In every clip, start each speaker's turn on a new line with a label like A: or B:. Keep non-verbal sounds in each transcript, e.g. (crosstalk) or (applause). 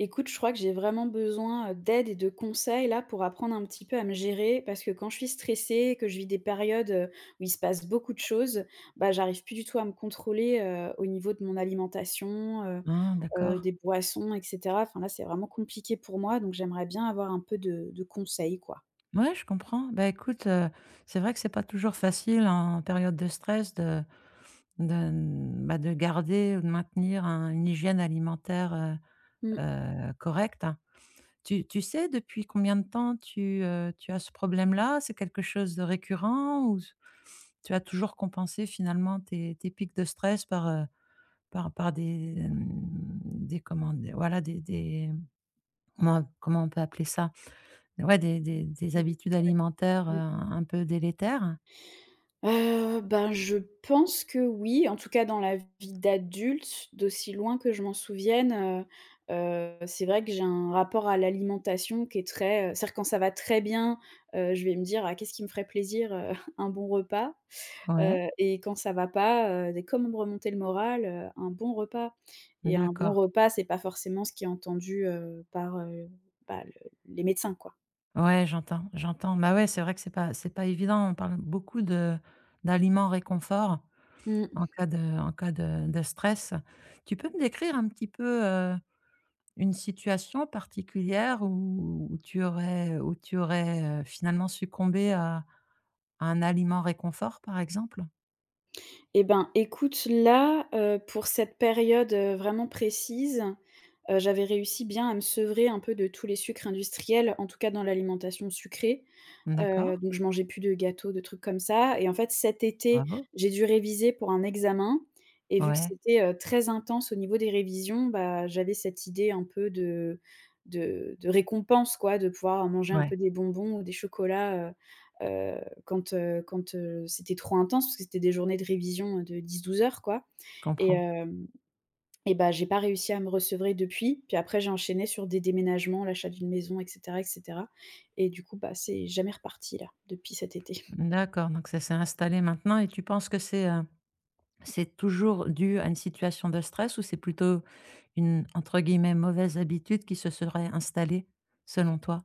A: Écoute, je crois que j'ai vraiment besoin, d'aide et de conseils là pour apprendre un petit peu à me gérer parce que quand je suis stressée, que je vis des périodes, où il se passe beaucoup de choses, bah, j'arrive plus du tout à me contrôler, au niveau de mon alimentation,
B: Ah d'accord.
A: des boissons et cetera. Enfin là, c'est vraiment compliqué pour moi, donc j'aimerais bien avoir un peu de conseils, quoi.
B: Ouais, je comprends. Bah, écoute, c'est vrai que c'est pas toujours facile hein, en période de stress de bah, de garder ou de maintenir un une hygiène alimentaire,
A: Mmh.
B: correcte, hein. Tu sais depuis combien de temps tu, tu as ce problème-là? C'est quelque chose de récurrent ou s tu as toujours compensé finalement tes pics de stress par, par par des, mmh, des comment d voilà des comment comment on peut appeler ça? Ouais, des habitudes alimentaires, un peu délétères?
A: Ben, je pense que oui, en tout cas dans la vie d'adulte, d'aussi loin que je m'en souvienne, c'est vrai que j'ai un rapport à l'alimentation qui est très, c'est-à-dire quand ça va très bien, je vais me dire: «Ah qu'est-ce qui me ferait plaisir, (laughs) un bon repas»,
B: Ouais,
A: et quand ça va pas, dès comment me remonter le moral, un bon repas et un bon
B: d'accord.
A: repas, c'est pas forcément ce qui est entendu, par, bah, le les médecins, quoi.
B: Ouais, j'entends, j'entends. Bah, ouais, c'est vrai que c'est pas évident. On parle beaucoup de d'aliments réconfort en
A: Mmh.
B: cas de stress. Tu peux me décrire un petit peu, une situation particulière où tu aurais, finalement succombé à un aliment réconfort, par exemple?
A: Eh ben, écoute, là, pour cette période, vraiment précise, j'avais réussi bien à me sevrer un peu de tous les sucres industriels, en tout cas dans l'alimentation sucrée.
B: D'accord,
A: Donc je mangeais plus de gâteaux, de trucs comme ça et en fait cet été,
B: bravo.
A: j'ai dû réviser pour un examen et vu que
B: Ouais,
A: c'était, très intense au niveau des révisions, bah, j'avais cette idée un peu de récompense quoi, de pouvoir manger un
B: ouais,
A: peu des bonbons ou des chocolats, heu heu, quand, c'était trop intense, parce que c'était des journées de révision de 10-12 heures quoi
B: je
A: et
B: comprends.
A: hem et bah, j'ai pas réussi à me recevrer depuis. Puis après, j'ai enchaîné sur des déménagements, l'achat d'une maison, et cetera, et cetera. Et du coup, bah, c'est jamais reparti là, depuis cet été.
B: D'accord, donc ça s'est installé maintenant et tu penses que c'est toujours dû à une situation de stress ou c'est plutôt une, entre guillemets, «mauvaise habitude» qui se serait installée, selon toi?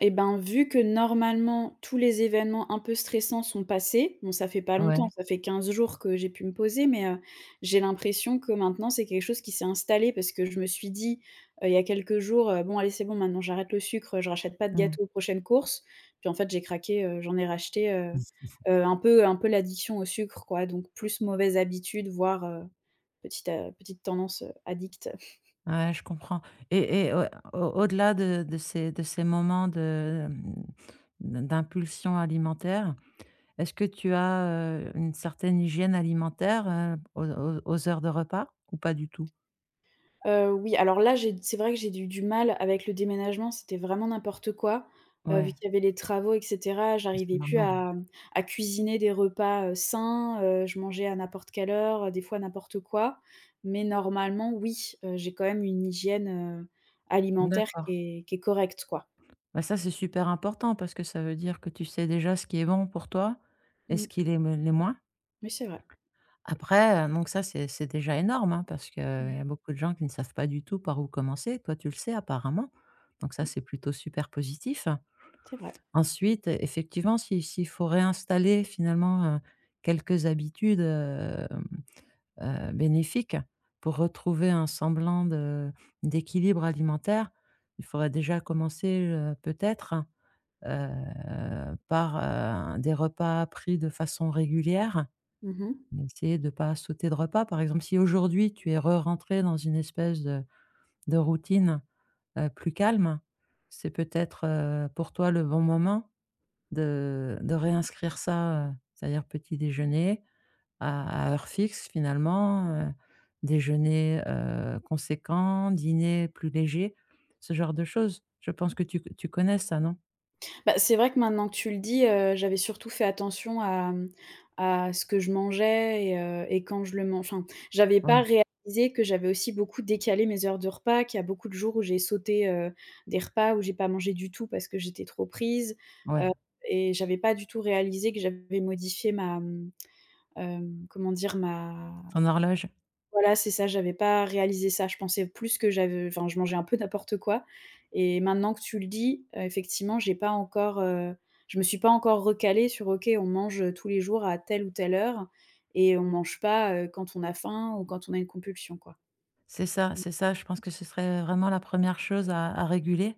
A: Et ben, vu que normalement tous les événements un peu stressants sont passés, bon ça fait pas longtemps,
B: Ouais,
A: ça fait 15 jours que j'ai pu me poser, mais j'ai l'impression que maintenant c'est quelque chose qui s'est installé parce que je me suis dit, il y a quelques jours, «Bon allez c'est bon maintenant j'arrête le sucre, je rachète pas de
B: mmh.
A: gâteau aux prochaines courses». Puis en fait j'ai craqué, j'en ai racheté, un peu l'addiction au sucre quoi, donc plus mauvaise habitude voire, petite tendance, addict.
B: Ouais, je comprends et au au-delà de ces moments de, d'impulsion alimentaire, est-ce que tu as, une certaine hygiène alimentaire, heu, aux heures de repas ou pas du tout?
A: Oui, alors là, j'ai c'est vrai que j'ai eu du mal avec le déménagement, c'était vraiment n'importe quoi, vu
B: Ouais,
A: qu'il y avait les travaux et cetera.
B: c'est
A: J'arrivais plus
B: normal, hein.
A: à cuisiner des repas, sains, je mangeais à n'importe quelle heure, des fois n'importe quoi. Mais normalement, oui, j'ai quand même une hygiène, heu, alimentaire
B: D'accord.
A: qui est correcte, quoi.
B: Bah, ça, c'est super important parce que ça veut dire que tu sais déjà ce qui est bon pour toi et ce
A: Mmh,
B: qui l'est moins.
A: oui, c'est vrai.
B: Après, donc ça, c'est déjà énorme, hein, parce qu'il y
A: Mmh
B: a
A: mh.
B: beaucoup de gens qui ne savent pas du tout par où commencer. Toi, tu le sais apparemment, donc ça, c'est plutôt super positif.
A: C'est vrai.
B: Ensuite, effectivement, si s'il faut réinstaller finalement, quelques habitudes, bénéfiques pour retrouver un semblant de d'équilibre alimentaire, il faudrait déjà commencer, peut-être par des repas pris de façon régulière.
A: Mmh mh.
B: Essayer de ne pas sauter de repas. Par exemple, si aujourd'hui tu es re-rentré dans une espèce de routine, plus calme, c'est peut-être, pour toi le bon moment de réinscrire ça, c'est-à-dire petit déjeuner à heure fixe finalement, déjeuner, conséquent, dîner plus léger, ce genre de choses. Je pense que tu connais ça, non?
A: Bah, c'est vrai que maintenant que tu le dis, j'avais surtout fait attention à, à ce que je mangeais et quand je le mange. Enfin, j'avais pas
B: Oui,
A: réalisé que j'avais aussi beaucoup décalé mes heures de repas, qu'il y a beaucoup de jours où j'ai sauté, des repas, où j'ai pas mangé du tout parce que j'étais trop prise, heu
B: ouais,
A: et j'avais pas du tout réalisé que j'avais modifié ma, comment dire? Ma,
B: ton horloge.
A: voilà, c'est ça, j'avais pas réalisé ça. Je pensais plus que j'avais. Enfin, je mangeais un peu n'importe quoi et maintenant que tu le dis, effectivement, j'ai pas encore, je me suis pas encore recalée sur OK, on mange, tous les jours à telle ou telle heure et on mange pas, quand on a faim ou quand on a une compulsion, quoi.
B: C'est ça,
A: Mmh.
B: c'est ça. Je pense que ce serait vraiment la première chose à réguler,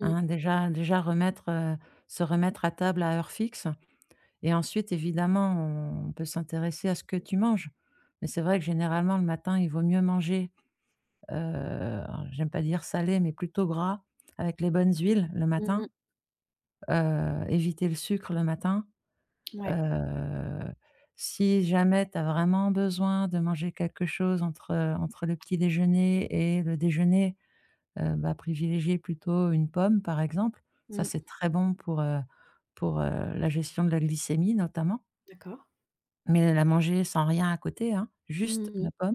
A: Mmh.
B: hein. Déjà remettre, se remettre à table à heure fixe et ensuite, évidemment, on peut s'intéresser à ce que tu manges. Mais c'est vrai que généralement, le matin, il vaut mieux manger, alors j'aime pas dire salé, mais plutôt gras avec les bonnes huiles le
A: Mmh
B: matin,
A: mh.
B: éviter le sucre le matin.
A: Ouais.
B: Heu, Si jamais tu as vraiment besoin de manger quelque chose entre le petit déjeuner et le déjeuner, bah, privilégier plutôt une pomme, par exemple. Ça,
A: Mmh.
B: c'est très bon pour la gestion de la glycémie notamment.
A: D'accord.
B: Mais la manger sans rien à côté, hein, juste
A: Mmh
B: la
A: mh.
B: pomme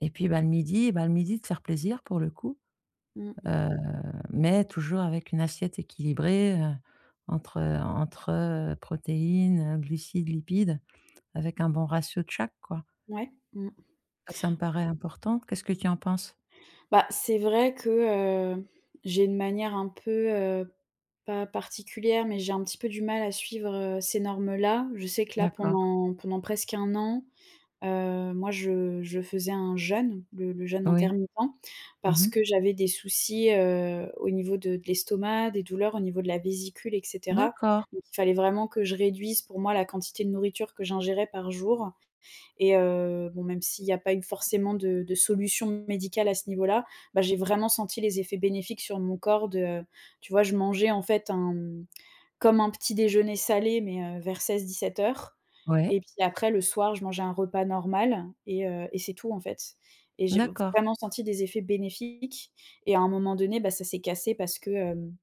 B: et puis, bah, le midi de faire plaisir pour le coup,
A: Mmh.
B: heu, mais toujours avec une assiette équilibrée, entre protéines, glucides, lipides, avec un bon ratio de chaque, quoi.
A: Ouais. Mmh.
B: Ça me paraît important. Qu'est-ce que tu en penses?
A: Bah, c'est vrai que, j'ai une manière un peu, pas particulière, mais j'ai un petit peu du mal à suivre, ces normes-là. Je sais que là,
B: D'accord.
A: pendant presque un an, moi je faisais un jeûne, le jeûne
B: Oui.
A: intermittent, parce
B: Mmh.
A: que j'avais des soucis, au niveau de l'estomac, des douleurs au niveau de la vésicule et cetera.
B: D'accord.
A: Donc il fallait vraiment que je réduise pour moi la quantité de nourriture que j'ingérais par jour. Et bon, même s'il n'y a pas eu forcément de solution médicale à ce niveau-là, bah, j'ai vraiment senti les effets bénéfiques sur mon corps de, tu vois, je mangeais en fait un, comme un petit déjeuner salé, mais vers 16 heures, et
B: Ouais.
A: puis après le soir, je mangeais un repas normal et c'est tout en fait et j'ai
B: D'accord.
A: vraiment senti des effets bénéfiques et à un moment donné, bah, ça s'est cassé parce que, hem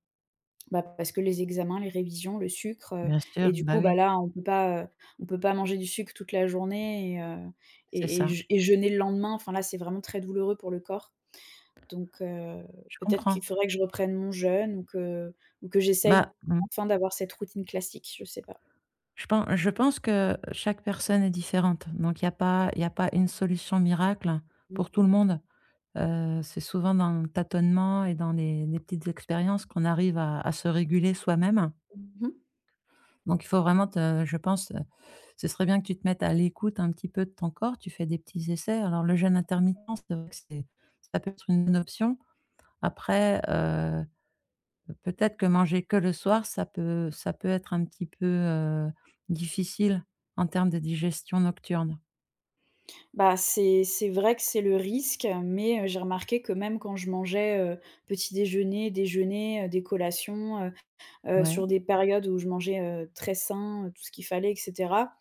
A: bah, parce que les examens, les révisions, le sucre,
B: Bien sûr,
A: et du
B: bah
A: coup, bah,
B: oui,
A: là, on peut pas manger du sucre toute la journée et heu
B: c'est
A: et et
B: ça.
A: je et jeûner le lendemain. Enfin, là, c'est vraiment très douloureux pour le corps. Donc
B: Je
A: peut-être qu'il
B: comprends.
A: faudrait que je reprenne mon jeûne ou que j'essaye
B: Bah, mmh,
A: enfin d'avoir cette routine classique, je sais pas.
B: je pense que chaque personne est différente, donc il y a pas une solution miracle
A: Mmh.
B: pour tout le monde. C'est souvent dans le tâtonnement et dans les petites expériences qu'on arrive à se réguler soi-même.
A: Mmh mh.
B: Donc il faut vraiment te je pense, ce serait bien que tu te mettes à l'écoute un petit peu de ton corps. Tu fais des petits essais. Alors le jeûne intermittent, c'est vrai que c'est ça peut être une bonne option. Après, heu. Peut-être que manger que le soir, ça peut être un petit peu, difficile en termes de digestion nocturne.
A: Bah, c'est vrai que c'est le risque, mais j'ai remarqué que même quand je mangeais, petit déjeuner, déjeuner, des collations, sur
B: Ouais,
A: des périodes où je mangeais, très sain, tout ce qu'il fallait et cetera.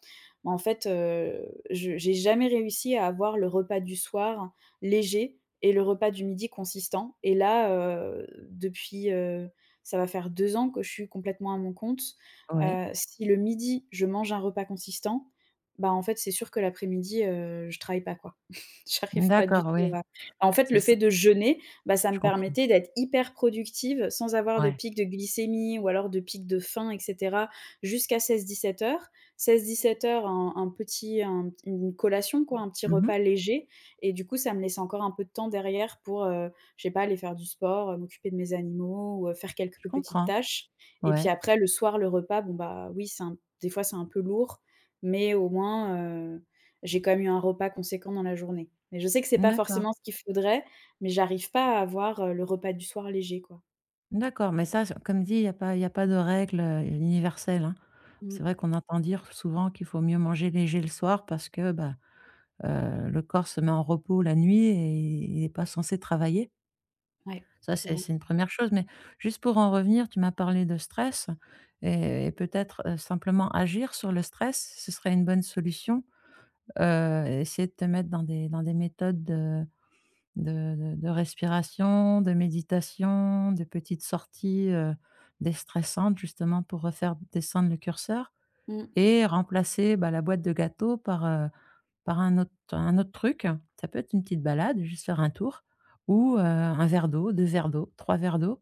A: Bah, en fait, je j'ai jamais réussi à avoir le repas du soir léger et le repas du midi consistant et là, depuis, ça va faire 2 ans que je suis complètement à mon compte.
B: ouais.
A: Si le midi, je mange un repas consistant, bah, en fait, c'est sûr que l'après-midi, je travaille pas, quoi. (laughs) J'arrive pas du
B: D'accord,
A: tout
B: oui.
A: à. En fait,
B: C'est
A: le
B: ça,
A: fait de jeûner, bah, ça
B: je
A: me
B: comprends.
A: permettait d'être hyper productive sans avoir de
B: Ouais.
A: pic de glycémie ou alors de pic de faim et cetera, jusqu'à 16-17:00. 16-17:00, un petit un une collation quoi, un petit
B: Mmh.
A: repas léger et du coup, ça me laissait encore un peu de temps derrière pour, je sais pas, aller faire du sport, m'occuper de mes animaux ou, faire
B: Je
A: quelques petites
B: comprends.
A: tâches et puis
B: Ouais.
A: après le soir, le repas, bon, bah, oui, c'est un des fois, c'est un peu lourd, mais au moins, heu, j'ai quand même eu un repas conséquent dans la journée. Mais je sais que c'est pas
B: D'accord,
A: forcément ce qu'il faudrait, mais j'arrive pas à avoir, le repas du soir léger, quoi.
B: d'accord, mais ça, c'est comme dit, il y a pas de règle, universelle, hein. C'est vrai
A: Mmh,
B: qu'on entend dire souvent qu'il faut mieux manger léger le soir parce que, bah, le corps se met en repos la nuit et il est pas censé travailler.
A: ouais,
B: Ça,
A: c'est
B: c'est
A: vrai.
B: c'est une première chose, mais juste pour en revenir, tu m'as parlé de stress et peut-être, simplement agir sur le stress, ce serait une bonne solution. Essayer de te mettre dans des méthodes de respiration, de méditation, de petites sorties, déstressantes justement pour refaire descendre le curseur
A: Mmh.
B: et remplacer, bah, la boîte de gâteaux par, par un autre truc. Ça peut être une petite balade, juste faire un tour ou, un verre d'eau, 2 verres d'eau, 3 verres d'eau.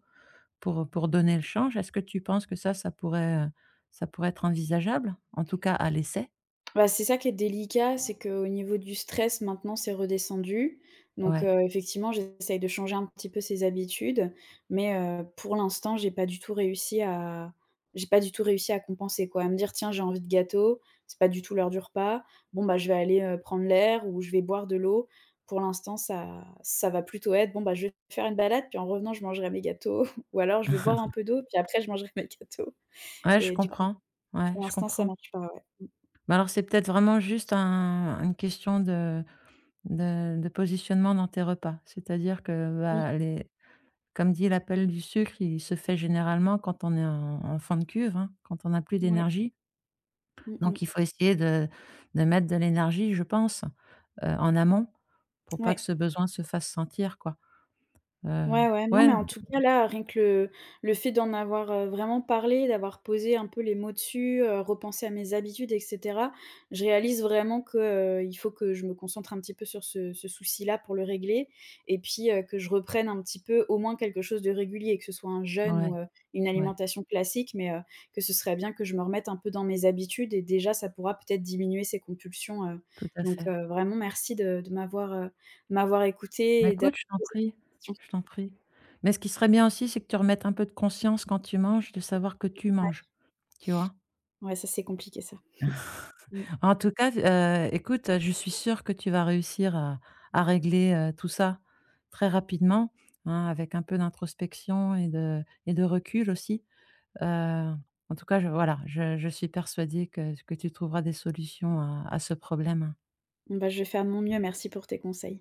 B: Pour donner le change, est-ce que tu penses que ça, ça pourrait être envisageable? En tout cas à l'essai?
A: Bah, c'est ça qui est délicat, c'est qu'au niveau du stress, maintenant, c'est redescendu. Donc,
B: Ouais.
A: effectivement, j'essaye de changer un petit peu ces habitudes, mais, pour l'instant, j'ai pas du tout réussi à compenser, quoi. À me dire: «Tiens, j'ai envie de gâteau, c'est pas du tout l'heure du repas. Bon, bah, je vais aller, prendre l'air ou je vais boire de l'eau». Pour l'instant, ça va plutôt être: «Bon, bah, je vais faire une balade, puis en revenant, je mangerai mes gâteaux» (laughs) ou alors: «Je vais boire
B: (laughs)
A: un peu d'eau, puis après je mangerai (laughs) mes gâteaux»
B: Ouais, je
A: et du coup,
B: comprends. Ouais,
A: pour
B: je
A: l'instant, ça
B: comprends.
A: marche pas, ouais.
B: Mais alors c'est peut-être vraiment juste un une question de de positionnement dans tes repas. C'est-à-dire que, bah, les comme dit l'appel du sucre, il se fait généralement quand on est en en fin de cuve, hein, quand on n'a plus
A: Mmh, ouais.
B: d'énergie.
A: Mmh mh.
B: Donc il faut essayer de mettre de l'énergie, je pense, en amont pour pas que
A: Ouais.
B: ce besoin se fasse sentir, quoi. Heu,
A: Ouais, ouais. Non,
B: ouais
A: mais en tout cas, là, rien que le fait d'en avoir, vraiment parlé, d'avoir posé un peu les mots dessus, repensé à mes habitudes et cetera, je réalise vraiment que, il faut que je me concentre un petit peu sur ce souci-là pour le régler et puis, que je reprenne un petit peu au moins quelque chose de régulier, que ce soit un jeûne
B: Ouais,
A: ou, une
B: ouais,
A: alimentation classique, mais, que ce serait bien que je me remette un peu dans mes habitudes et déjà ça pourra peut-être diminuer ces compulsions,
B: tout à
A: donc,
B: fait.
A: vraiment merci de m'avoir
B: Bah,
A: écouté et d'avoir
B: écoute, je t'en
A: posé des
B: prie,
A: questions.
B: je t'en prie. Mais ce qui serait bien aussi, c'est que tu remettes un peu de conscience quand tu manges, de savoir que tu manges, tu vois?
A: Ouais, ça, c'est compliqué ça. Mmh.
B: En tout cas, écoute, je suis sûre que tu vas réussir à régler, tout ça très rapidement, hein, avec un peu d'introspection et de recul aussi. Heu, En tout cas, je voilà, je suis persuadée que tu trouveras des solutions à ce problème, hein.
A: Bon, bah, je vais faire de mon mieux, merci pour tes conseils.